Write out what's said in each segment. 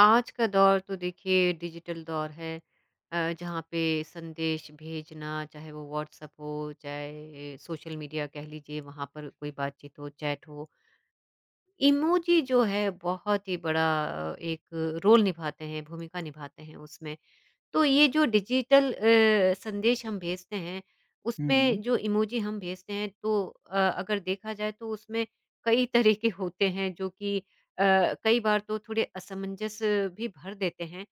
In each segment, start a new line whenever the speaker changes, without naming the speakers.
आज का दौर तो देखिए डिजिटल दौर है, जहाँ पे संदेश भेजना चाहे वो व्हाट्सएप हो, चाहे सोशल मीडिया कह लीजिए वहाँ पर कोई बातचीत हो, चैट हो। इमोजी जो है बहुत ही बड़ा एक रोल निभाते हैं, भूमिका निभाते हैं उसमें। तो ये जो डिजिटल संदेश हम भेजते हैं,
हुँ,
उसमें
हुँ।
जो इमोजी हम भेजते हैं तो अगर देखा जाए तो उसमें कई तरह के होते हैं जो कि कई बार तो थोड़े असमंजस भी भर देते हैं।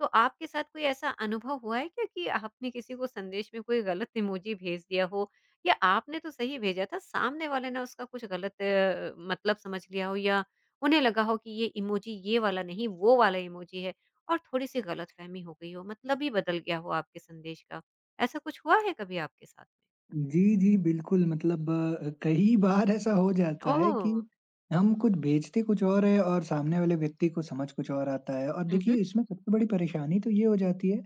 तो आपके साथ कोई ऐसा अनुभव हुआ है क्या कि आपने किसी को संदेश में कोई गलत इमोजी भेज दिया हो या आपने तो सही भेजा था, सामने वाले ने उसका कुछ गलत मतलब समझ लिया हो या उन्हें लगा हो कि ये इमोजी ये वाला नहीं, वो वाला इमोजी है। और थोड़ी-सी गलतफ़हमी हो गई हो, मतलब ही बदल गया हो आपके संदेश का। ऐसा कुछ हुआ है कभी आपके साथ में?
जी, जी, बिल्कुल मतलब कई बार ऐसा हो जाता है
ओह!
कि हम कुछ बेचते कुछ और हैं और सामने वाले व्यक्ति को समझ कुछ और आता है और
हुँ, हुँ।
देखिए इसमें सबसे बड़ी परेशानी तो ये हो जाती है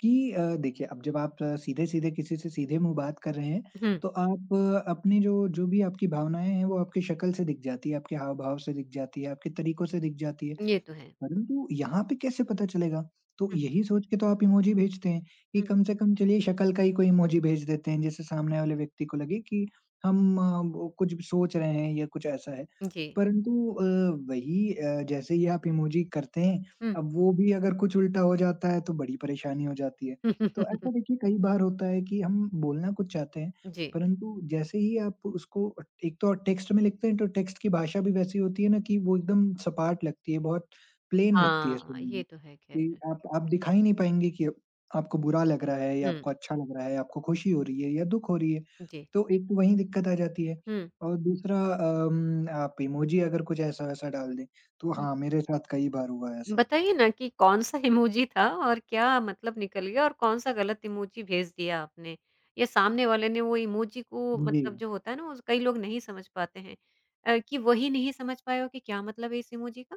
कि देखिए अब जब आप सीधे-सीधे किसी से सीधे मुँह बात कर रहे हैं,
हुँ,
तो आप अपनी जो जो भी आपकी भावनाएँ हैं, वो आपकी शक्ल से दिख जाती है, आपके हाव-भाव से दिख जाती है, आपके तरीकों से दिख जाती है।
ये तो है।
परंतु यहाँ पे कैसे पता चलेगा? तो
हुँ,
यही सोच के तो आप इमोजी भेजते हैं कि
हुँ।
कम से कम चलिए शक्ल का ही कोई इमोजी भेज देते हैं, जिससे सामने वाले व्यक्ति को लगे कि हम वो कुछ सोच रहे हैं या कुछ ऐसा है।
जी।
परंतु जैसे ही आप इमोजी करते हैं,
हुँ।
अब वो भी अगर कुछ उल्टा हो जाता है तो बड़ी परेशानी हो जाती है। तो ऐसा देखिए कई बार होता है कि हम बोलना कुछ चाहते हैं,
जी।
परंतु जैसे ही आप उसको एक तो टेक्स्ट में लिखते हैं तो टेक्स्ट की भाषा भी वैसी होती है ना कि वो एकदम सपाट लगती है, बहुत प्लेन लगती है
हाँ,
सुनने
ये
में,
तो है
कि
ख़ैर।
आप दिखा ही नहीं पाएँगे कि आपको बुरा लग रहा है या
हुँ,
आपको अच्छा लग रहा है, आपको खुशी हो रही है या दुःख हो रही है।
जी।
तो एक तो वहीं दिक्कत आ जाती है
हुँ,
और दूसरा आप इमोजी अगर कुछ ऐसा-वैसा डाल दें, तो
हुँ।
हाँ, मेरे साथ कई बार हुआ है ऐसा।
बताइए ना कि कौन-सा इमोजी था और क्या मतलब निकल गया और कौन-सा गलत इमोजी भेज दिया आपने? या सामने वाले ने वो इमोजी को
जी।
मतलब जो होता है ना उस कई लोग नहीं समझ पाते हैं कि वही नहीं समझ पाए हो कि क्या मतलब है इस इमोजी का?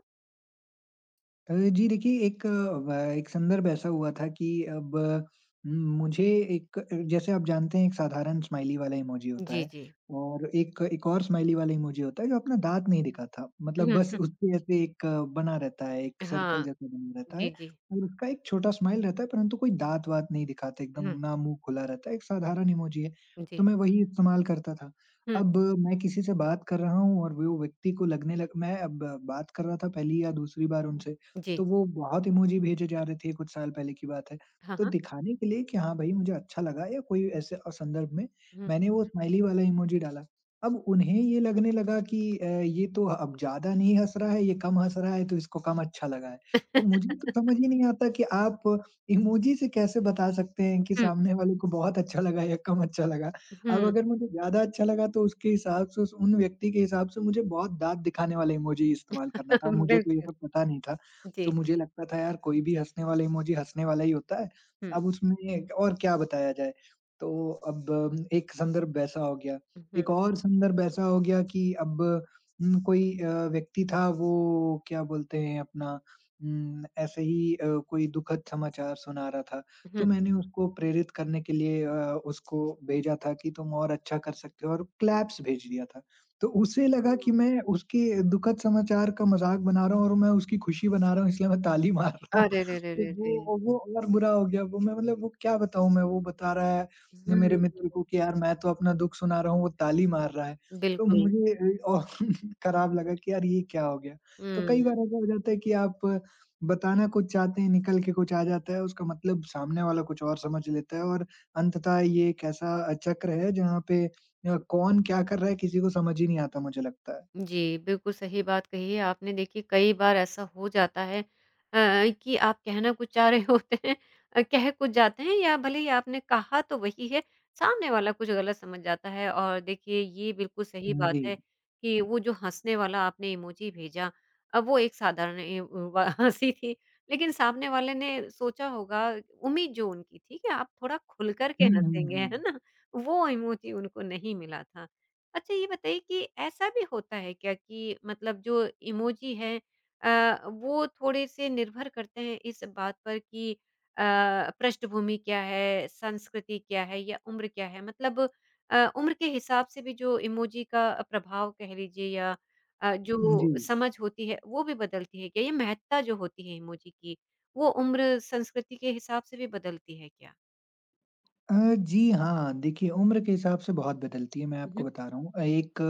जी देखिए एक अ, व एक संदर्भ ऐसा हुआ था कि अब अ, मुझे एक अ, जैसे आप जानते हैं एक साधारण स्माइली वाला इमोजी होता
जी,
है
जी।
और एक एक और स्माइली वाला इमोजी होता है जो अपना दाँत नहीं दिखाता। मतलब
हुँ,
बस
हुँ।
उसपे ऐसे एक बना रहता है, एक सर्कल
हाँ।
जैसा बना रहता है
जी, जी।
और उसका एक छोटा स्माइल रहता है परंतु कोई दाँत-वाँत नहीं दिखाते एकदम
हुँ,
ना मुँह खुला रहता है, एक साधारण इमोजी है।
जी।
तो मैं वही इस्तेमाल करता था।
हुँ,
अब मैं किसी से बात कर रहा हूँ और वो व्यक्ति को लगने लग मैं अब बात कर रहा था पहली या दूसरी बार उनसे
जी।
तो वो बहुत इमोजी भेजे जा रहे थे, कुछ साल पहले की बात है।
हाँ,
तो
हाँ।
दिखाने के लिए कि हाँ भाई मुझे अच्छा लगा या कोई ऐसे संदर्भ में
हुँ,
मैंने वो स्माइली वाला इमोजी डाला। अब उन्हें ये लगने लगा कि ये तो अब ज़्यादा नहीं हँस रहा है, ये कम हँस रहा है तो इसको कम अच्छा लगा है। और मुझे तो समझ ही नहीं आता कि आप इमोजी से कैसे बता सकते हैं कि
हुँ,
सामने वाले को बहुत अच्छा लगा या कम अच्छा लगा। अब
हुँ।
अगर मुझे ज़्यादा अच्छा लगा तो उसके हिसाब से उस उन व्यक्ति के हिसाब से मुझे बहुत दाँत दिखाने वाला इमोजी इस्तेमाल करना था। मुझे तो ये
बिल्कुल।
सब पता नहीं था।
जी।
तो मुझे लगता था यार कोई भी हँसने वाला इमोजी हँसने वाला ही होता है,
हुँ,
अब उसमें और क्या बताया जाए? तो अब एक संदर्भ वैसा हो गया।
हुँ,
एक और संदर्भ ऐसा हो गया कि अब कोई व्यक्ति था वो क्या बोलते हैं अपना ऐसे ही कोई दुखद समाचार सुना रहा था, तो
हुँ।
मैंने उसको प्रेरित करने के लिए उसको भेजा था कि तुम और अच्छा कर सकते हो और क्लैप्स भेज दिया था। तो उसे लगा कि
हाँ।
मैं उसके दुखद समाचार का मज़ाक बना रहा हूँ और मैं उसकी खुशी बना रहा हूँ इसलिए मैं ताली मार रहा हूँ।
अरे रे रे
तो
रे रे!
वो और बुरा हो गया वो मैं मतलब वो क्या बताऊँ मैं वो बता रहा है मेरे
हुँ,
मित्र को कि यार मैं तो अपना दुःख सुना रहा हूँ वो ताली मार रहा है। तो
बिल्कुल।
मुझे और खराब लगा कि यार ये क्या हो गया? तो कई
हुँ।
बार ऐसा हो जाता है कि आप बताना कुछ चाहते हैं निकल के कुछ आ जाता है उसका मतलब सामने वाला कुछ और समझ लेता है और अंततः ये एक ऐसा चक्र है जहाँ पे या कौन क्या कर रहा है किसी को समझ ही नहीं आता मुझे लगता है।
जी, बिल्कुल सही बात कही है आपने। देखिए कई बार ऐसा हो जाता है कि आप कहना कुछ चाह रहे होते हैं, कह कुछ जाते हैं या भले ही आपने कहा तो वही है, सामने वाला कुछ गलत समझ जाता है और देखिए ये बिल्कुल सही
हुँ,
बात
जी।
है कि वो जो हँसने वाला आपने इमोजी भेजा, वो एक साधारण ए व हँसी थी, लेकिन सामने वाले ने सोचा होगा उम्मीद जो उनकी थी कि आप थोड़ा खुल कर के
हुँ, हुँ,
हँसेंगे,
हुँ।
है ना? वो इमोजी उनको नहीं मिला था। अच्छा ये बताइए कि ऐसा भी होता है क्या कि मतलब जो इमोजी हैं वो थोड़े-से निर्भर करते हैं इस बात पर कि अ, पृष्ठभूमि क्या है, संस्कृति क्या है या उम्र क्या है? मतलब उम्र के हिसाब से भी जो इमोजी का प्रभाव कह लीजिए या अ, हुँ।
जी।
जो समझ होती है वो भी बदलती है क्या? ये महत्ता जो होती है इमोजी की वो उम्र, संस्कृति के हिसाब से भी बदलती है क्या?
जी हाँ, देखिए उम्र के हिसाब से बहुत बदलती है, मैं
हुँ,
आपको
हुँ।
बता रहा हूँ। अ, एक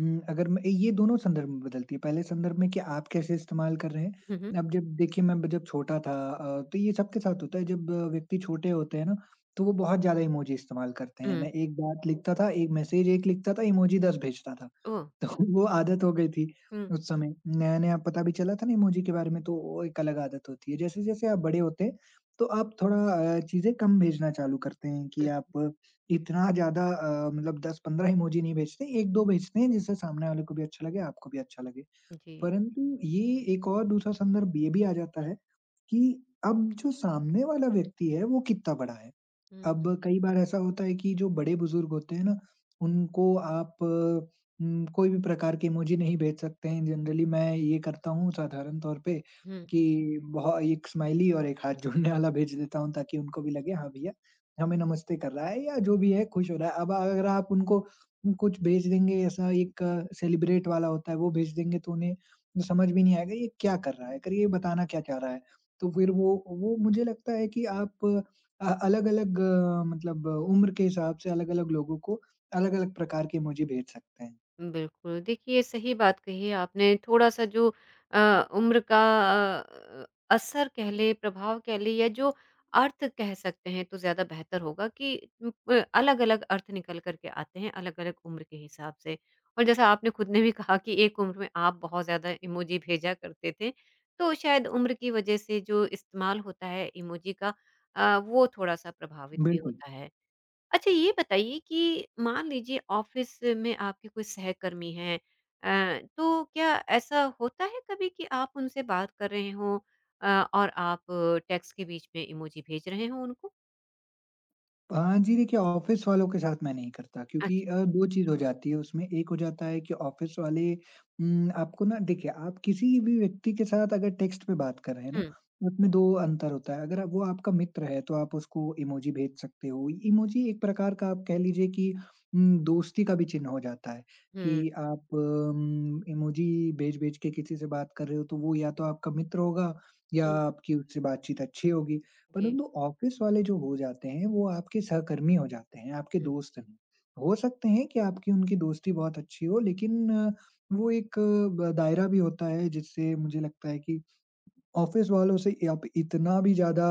उम, अगर मैं ये दोनों संदर्भ में बदलती है, पहले संदर्भ में कि आप कैसे इस्तेमाल कर रहे हैं।
हुँ, हुँ।
अब जब देखिए मैं जब छोटा था तो ये सबके साथ होता है जब व्यक्ति छोटे होते हैं ना, तो वो बहुत ज़्यादा इमोजी इस्तेमाल करते हैं।
हुँ।
मैं एक बात लिखता था, एक मैसेज 1 लिखता था, इमोजी 10 भेजता था।
ओह!
तो वो आदत हो गई थी
हुँ,
उस समय। नया-नया पता भी चला था ना इमोजी के बारे में तो वो एक अलग आदत होती है। जैसे-जैसे आप बड़े होते हैं तो आप थोड़ा चीज़ें कम भेजना चालू करते हैं कि
हुँ।
आप इतना ज़्यादा 10-15 इमोजी नहीं भेजते, 1-2 भेजते हैं जिससे सामने वाले को भी अच्छा लगे, आपको भी अच्छा लगे।
जी।
परंतु ये एक और दूसरा संदर्भ ये भी आ जाता है कि अब जो सामने वाला व्यक्ति है, वो कितना बड़ा है?
हुँ,
अब कई बार ऐसा होता है कि जो बड़े-बुजुर्ग होते हैं ना, उनको आप कोई भी प्रकार के इमोजी नहीं भेज सकते हैं। जनरली मैं ये करता हूँ साधारण तौर पे
हुँ।
कि बहु एक स्माइली और एक हाथ जोड़ने वाला भेज देता हूँ ताकि उनको भी लगे, हाँ भैया हमें नमस्ते कर रहा है या जो भी है खुश हो रहा है। अब अगर आप उनको कुछ भेज देंगे ऐसा एक सेलिब्रेट वाला होता है वो भेज देंगे तो उन्हें समझ भी नहीं आएगा ये क्या कर रहा है? अगर ये बताना क्या चाह रहा है? तो फिर वो मुझे लगता है कि आप अलग-अलग मतलब उम्र के हिसाब से अलग-अलग लोगों को अलग-अलग प्रकार के इमोजी भेज सकते हैं।
बिल्कुल, देखिए सही बात कही है आपने थोड़ा-सा जो अ, उम्र का अ, असर कह लें, प्रभाव कह लें या जो अर्थ कह सकते हैं तो ज़्यादा बेहतर होगा कि उम, प अलग-अलग अर्थ निकल कर के आते हैं, अलग-अलग उम्र के हिसाब से। और जैसा आपने खुद ने भी कहा कि एक उम्र में आप बहुत ज़्यादा इमोजी भेजा करते थे, तो शायद उम्र की वजह से जो इस्तेमाल होता है इमोजी का वो थोड़ा-सा प्रभावित भी
बिल्कुल।
होता है। अच्छा ये बताइए कि मान लीजिए ऑफिस में आपके कोई सहकर्मी हैं, तो क्या ऐसा होता है कभी कि आप उनसे बात कर रहे हो अ, और आप टेक्स्ट के बीच में इमोजी भेज रहे हो उनको?
जी देखिए, ऑफ़िस वालों के साथ मैं नहीं करता क्योंकि
अच्छा।
2 चीज़ हो जाती है उसमें। एक हो जाता है कि ऑफ़िस वाले आपको ना देखिए, आप किसी भी व्यक्ति के साथ अगर टेक्स्ट पे बात कर रहे हैं ना,
हुँ,
तो उसमें 2 अंतर होता है। अगर आप- वो आपका मित्र है, तो आप उसको इमोजी भेज सकते हो। इमोजी एक प्रकार का आप कह लीजिए कि दोस्ती का भी चिन्ह हो जाता है कि
हुँ,
आप इमोजी भेज-भेज के किसी से बात कर रहे हो, तो वो या तो आपका मित्र होगा या
हुँ,
आपकी उससे बातचीत अच्छी होगी।
जी,
परंतु ऑफ़िस वाले जो हो जाते हैं, वो आपके सहकर्मी हो जाते हैं, आपके
हुँ,
दोस्त नहीं। हो सकते हैं कि आपकी उनकी दोस्ती बहुत अच्छी हो लेकिन अ, वो एक अ, ब दायरा भी होता है जिससे मुझे लगता है कि ऑफ़िस वालों से आप इतना भी ज़्यादा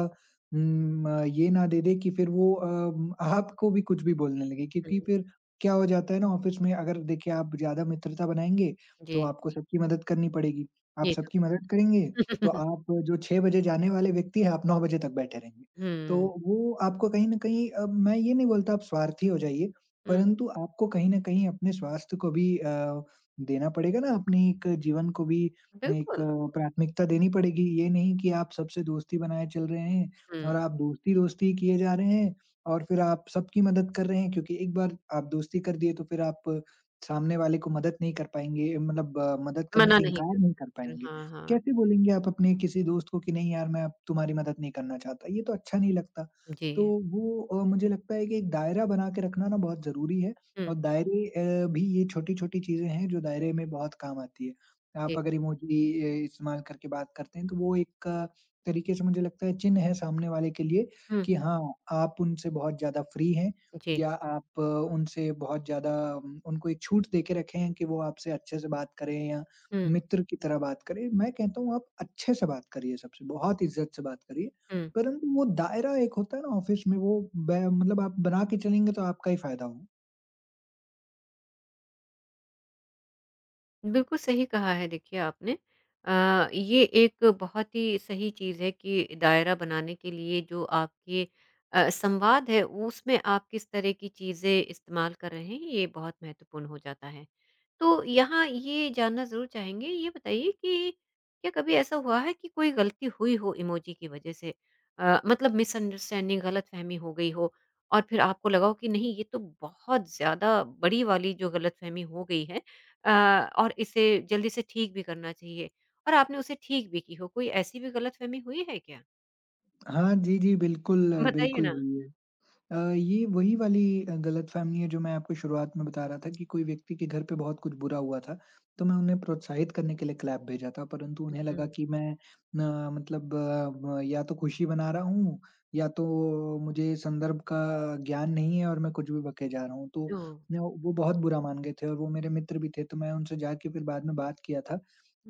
ये ना दे दें कि फिर वो आपको भी कुछ भी बोलने लगे
हुँ,
क्योंकि फिर क्या हो जाता है ना ऑफ़िस में अगर देखिए आप ज़्यादा मित्रता बनाएँगे,
जी,
तो आपको सबकी मदद करनी पड़ेगी। आप
ये तो
सबकी मदद करेंगे, तो आप जो 6 बजे जाने वाले व्यक्ति हैं, आप 9 बजे तक बैठे रहेंगे। तो
हुँ,
वो आपको कहीं न कहीं अब मैं ये नहीं बोलता आप स्वार्थी हो जाइए,
हुँ,
परंतु आपको कहीं न कहीं अपने स्वास्थ्य को भी देना पड़ेगा ना, अपने एक जीवन को भी एक
बिल्कुल,
अ, प्राथमिकता देनी पड़ेगी। ये नहीं कि आप सबसे दोस्ती बनाए चल रहे हैं और
हुँ,
आप दोस्ती-दोस्ती किए जा रहे हैं और फिर आप सबकी मदद कर रहे हैं क्योंकि एक बार आप दोस्ती कर दिए तो फिर आप सामने वाले को मदद नहीं कर पाएँगे मतलब मदद करने
मना
से
नहीं
इनकार
कर
नहीं कर
सकते।
पाएँगे।
हाँ, हाँ,
कैसे बोलेंगे आप अपने किसी दोस्त को कि नहीं यार मैं अब तुम्हारी मदद नहीं करना चाहता, ये तो अच्छा नहीं लगता। तो
जी,
वो मुझे लगता है कि एक दायरा बना के रखना ना बहुत ज़रूरी है
हुँ,
और दायरे भी ये छोटी-छोटी चीज़ें हैं जो दायरे में बहुत काम आती है। आप
जी,
अगर इमोजी ए इस्तेमाल करके बात करते हैं, तो वो एक तरीके से मुझे लगता है चिन्ह है सामने वाले के लिए
हुँ,
कि हाँ, आप उनसे बहुत ज़्यादा फ्री हैं
जी,
या आप उनसे बहुत ज़्यादा उनको एक छूट दे के रखे हैं कि वो आपसे अच्छे से बात करें या
हुँ,
मित्र की तरह बात करें। मैं कहता हूँ आप अच्छे से बात करिए सबसे, बहुत इज़्ज़त से बात करिए।
हुँ।
परंतु वो दायरा एक होता है ना ऑफ़िस में वो ब मतलब आप बना के चलेंगे तो आपका ही फ़ायदा हो।
बिल्कुल सही कहा है देखिए आपने। ये एक बहुत ही सही चीज़ है कि दायरा बनाने के लिए जो आपके संवाद है उसमें आप किस तरह की चीज़ें इस्तेमाल कर रहे हैं ये बहुत महत्वपूर्ण हो जाता है। तो यहाँ ये जानना ज़रूर चाहेंगे ये बताइए कि क्या कभी ऐसा हुआ है कि कोई गलती हुई हो इमोजी की वज़ह से? मतलब मिसअंडरस्टैंडिंग गलतफ़हमी हो गई हो और फिर आपको लगा हो कि नहीं ये तो बहुत ज़्यादा बड़ी वाली जो गलतफ़हमी हो गई है, अ, और इसे जल्दी से ठीक भी करना चाहिए और आपने उसे ठीक भी की हो, कोई ऐसी भी गलतफ़हमी हुई है क्या?
हाँ, जी, जी, बिल्कुल,
बताइए
बिल्कुल
ना?
हुई है। ये वही वाली गलतफ़हमी है जो मैं आपको शुरुआत में बता रहा था कि कोई व्यक्ति के घर पे बहुत कुछ बुरा हुआ था, तो मैं उन्हें प्रोत्साहित करने के लिए क्लैप भेजा था, परंतु उन्हें लगा
हुँ,
कि मैं या तो खुशी मना रहा हूँ या तो मुझे संदर्भ का ज्ञान नहीं है और मैं कुछ भी बके जा रहा हूँ। तो
ओह!
न वो बहुत बुरा मान गए थे और वो मेरे मित्र भी थे, तो मैं उनसे जाके फिर बाद में बात किया था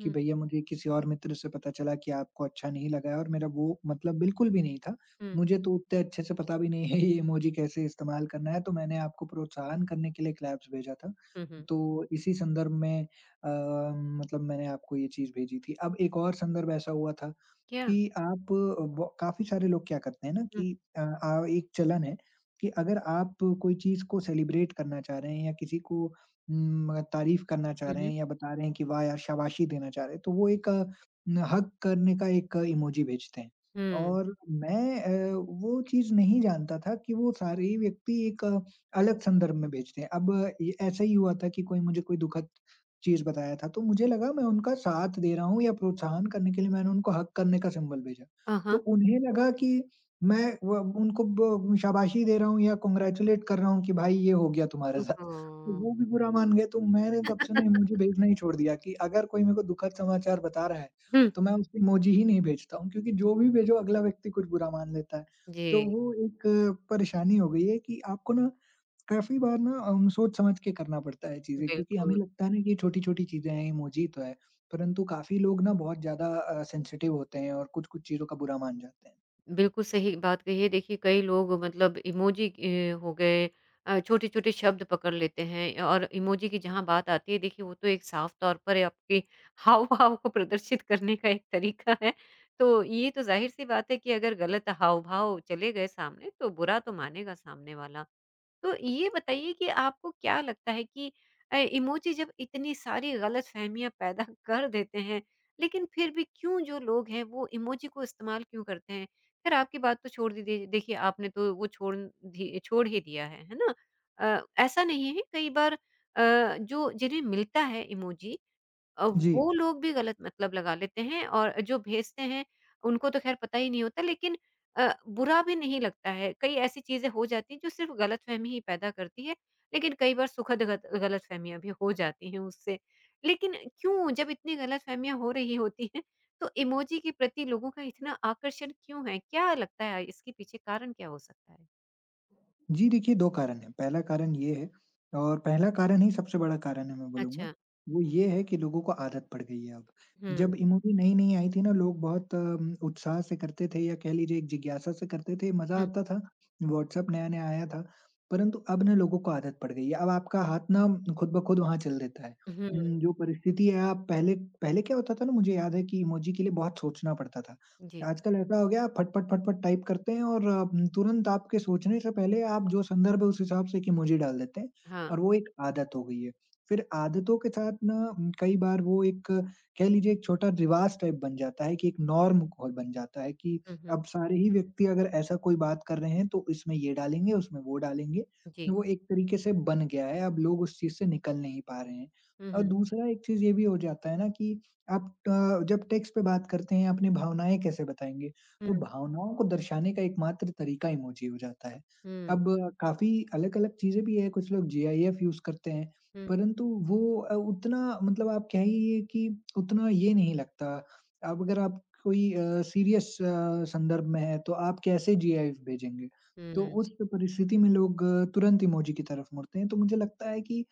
कि भैया मुझे किसी और मित्र से पता चला कि आपको अच्छा नहीं लगा है और मेरा वो मतलब बिल्कुल भी नहीं था।
हुँ,
मुझे तो उतने अच्छे से पता भी नहीं है ये इमोजी कैसे इस्तेमाल करना है, तो मैंने आपको प्रोत्साहन करने के लिए क्लैप्स भेजा था।
हुँ, हुँ।
तो इसी संदर्भ में मतलब मैंने आपको ये चीज़ भेजी थी। अब एक और संदर्भ ऐसा हुआ था
क्या?
कि आप ब काफ़ी सारे लोग क्या करते हैं ना,
हुँ,
कि आ एक चलन है कि अगर आप कोई चीज़ को सेलिब्रेट करना चाह रहे हैं या किसी को तारीफ़ करना चाह
हुँ,
रहे
हुँ,
हैं या बता रहे हैं कि वाह यार शाबाशी देना चाह रहे हैं, तो वो एक न हग करने का एक इमोजी भेजते हैं।
हुँ।
और मैं वो चीज़ नहीं जानता था कि वो सारे व्यक्ति एक अलग संदर्भ में भेजते हैं। अब ये ऐसा ही हुआ था कि कोई मुझे कोई दुखद चीज़ बताया था, तो मुझे लगा मैं उनका साथ दे रहा हूँ या प्रोत्साहन करने के लिए मैंने उनको हग करने का सिंबल भेजा।
अ,
तो
हाँ।
उन्हें लगा कि मैं व उनको ब शाबाशी दे रहा हूँ या कांग्रेचुलेट कर रहा हूँ कि भाई ये हो गया तुम्हारे साथ।
ओहो!
तो वो भी बुरा मान गए, तो मैंने तब से ना इमोजी भेजना ही छोड़ दिया कि अगर कोई मेरे को दुखद समाचार बता रहा है,
हुँ,
तो मैं उसको इमोजी ही नहीं भेजता हूँ, क्योंकि जो भी भेजो, अगला व्यक्ति कुछ बुरा मान लेता है। तो
जी,
वो एक परेशानी हो गई है कि आपको ना काफ़ी बार ना हम सोच-समझ के करना पड़ता है चीज़ें, क्योंकि हमें
बिल्कुल।
लगता है ना कि ये छोटी-छोटी चीज़ें हैं, इमोजी तो है, परंतु काफ़ी लोग ना बहुत ज़्यादा सेंसिटिव होते हैं और कुछ-कुछ चीज़ों का बुरा मान जाते हैं।
बिल्कुल सही बात कही है। देखिए कई लोग मतलब इमोजी हो गए छोटे-छोटे शब्द पकड़ लेते हैं और इमोजी की जहाँ बात आती है देखिए वो तो एक साफ तौर पर है, आपके हाव-भाव को प्रदर्शित करने का एक तरीका है। तो ये तो ज़ाहिर-सी बात है कि अगर गलत हाव-भाव चले गए सामने तो बुरा तो मानेगा सामने वाला। तो ये बताइए कि आपको क्या लगता है कि इमोजी जब इतनी सारी गलतफ़हमियाँ पैदा कर देते हैं, लेकिन फिर भी क्यों जो लोग हैं वो इमोजी को इस्तेमाल क्यों करते हैं? ख़ैर आपकी बात तो छोड़ दी दी देखिए आपने तो वो छोड़ ही दिया है ना? ऐसा नहीं है कई बार जो जिन्हें मिलता है इमोजी,
जी।
वो लोग भी गलत मतलब लगा लेते हैं और जो भेजते हैं उनको तो ख़ैर पता ही नहीं होता लेकिन बुरा भी नहीं लगता है। कई ऐसी चीज़ें हो जाती हैं जो सिर्फ़ गलतफ़हमी ही पैदा करती है, लेकिन कई बार सुखद गत गलतफ़हमियाँ भी हो जाती हैं उससे। लेकिन क्यों जब इतनी गलतफ़हमियाँ हो रही होती हैं तो इमोजी के प्रति लोगों का इतना आकर्षण क्यों है? क्या लगता है इसके पीछे कारण क्या हो सकता है?
जी, देखिए, 2 कारण हैं। पहला कारण ये है, और पहला कारण ही सबसे बड़ा कारण है मैं बोलूँगा,
अच्छा।
वो ये है कि लोगों को आदत पड़ गई है अब।
हुँ,
जब ये मूवी नई-नई आई थी ना, लोग बहुत उत्साह से करते थे, या कह लीजिए एक जिज्ञासा से करते थे, मज़ा
हुँ,
आता था, व्हाट्सएप नया-नया आया था। परंतु अब ना लोगों को आदत पड़ गई है, अब आपका हाथ ना खुद ब खुद वहाँ चल देता है।
हुँ,
जो परिस्थिति है, आप पहले, पहले क्या होता था ना, मुझे याद है कि इमोजी के लिए बहुत सोचना पड़ता था।
जी।
आजकल ऐसा हो गया, आप फट-फट, फट-फट टाइप करते हैं और तुरंत आपके सोचने से पहले आप जो संदर्भ है उस हिसाब से एक इमोजी डाल देते हैं,
हाँ।
और वो एक आदत हो गई है। फिर आदतों के साथ ना कई बार वो एक, कह लीजिए, एक छोटा रिवाज़ टाइप बन जाता है कि एक नॉर्म और बन जाता है कि
हुँ, हुँ,
अब सारे ही व्यक्ति अगर ऐसा कोई बात कर रहे हैं तो इसमें ये डालेंगे, उसमें वो डालेंगे।
जी।
तो वो एक तरीके से बन गया है, अब लोग उस चीज़ से निकल नहीं पा रहे हैं।
हुँ,
और
हुँ,
दूसरा एक चीज़ ये भी हो जाता है ना कि आप जब टेक्स्ट पे बात करते हैं, अपनी भावनाएँ कैसे बताएँगे?
हुँ,
तो भावनाओं को दर्शाने का एकमात्र तरीका इमोजी हो जाता है।
हुँ,
अब काफ़ी अलग-अलग चीज़ें भी हैं, कुछ लोग जीआईएफ यूज़ करते हैं,
हुँ,
परंतु वो उतना, मतलब आप कहिए कि उतना ये नहीं लगता। अब अगर आप कोई सीरियस संदर्भ में हैं, तो आप कैसे जीआईएफ भेजेंगे? तो
हुँ।
उस परिस्थिति में लोग तुरंत इमोजी की तरफ मुड़ते हैं, तो मुझे लगता है कि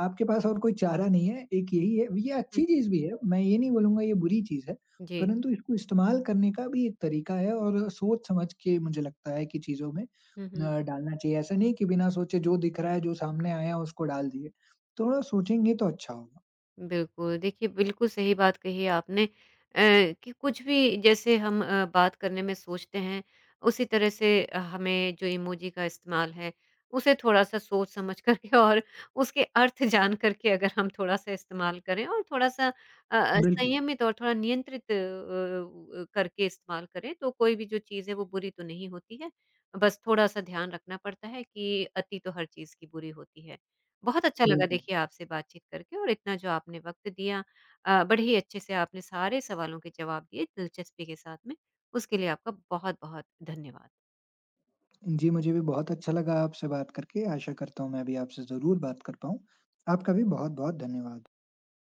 आपके पास और कोई चारा नहीं है, एक यही है। ये
हुँ,
अच्छी चीज़ भी है, मैं ये नहीं बोलूँगा ये बुरी चीज़ है,
जी।
परंतु इसको इस्तेमाल करने का भी एक तरीका है और सोच-समझ के मुझे लगता है कि चीज़ों में
हुँ, हुँ।
डालना चाहिए। ऐसा नहीं कि बिना सोचे जो दिख रहा है, जो सामने आया उसको डाल दिए। थोड़ा सोचेंगे तो अच्छा होगा।
बिल्कुल, देखिए बिल्कुल सही बात कही आपने कि कुछ भी जैसे हम बात करने में सोचते हैं, उसी तरह से हमें जो इमोजी का इस्तेमाल है, उसे थोड़ा-सा सोच समझ कर के और उसके अर्थ जान कर के अगर हम थोड़ा-सा इस्तेमाल करें और थोड़ा-सा
बिल्कुल,
संयमित और थोड़ा नियंत्रित करके इस्तेमाल करें, तो कोई भी जो चीज़ है वो बुरी तो नहीं होती है। बस थोड़ा-सा ध्यान रखना पड़ता है कि अति तो हर चीज़ की बुरी होती है। बहुत अच्छा लगा
बिल्कुल।
देखिए आपसे बातचीत करके और इतना जो आपने वक्त दिया, बड़े ही अच्छे से आपने सारे सवालों के जवाब दिए दिलचस्पी के साथ में, उसके लिए आपका बहुत-बहुत धन्यवाद।
जी, मुझे भी बहुत अच्छा लगा आपसे बात करके। आशा करता हूँ मैं भी आपसे ज़रूर बात कर पाऊँ। आपका भी बहुत-बहुत धन्यवाद।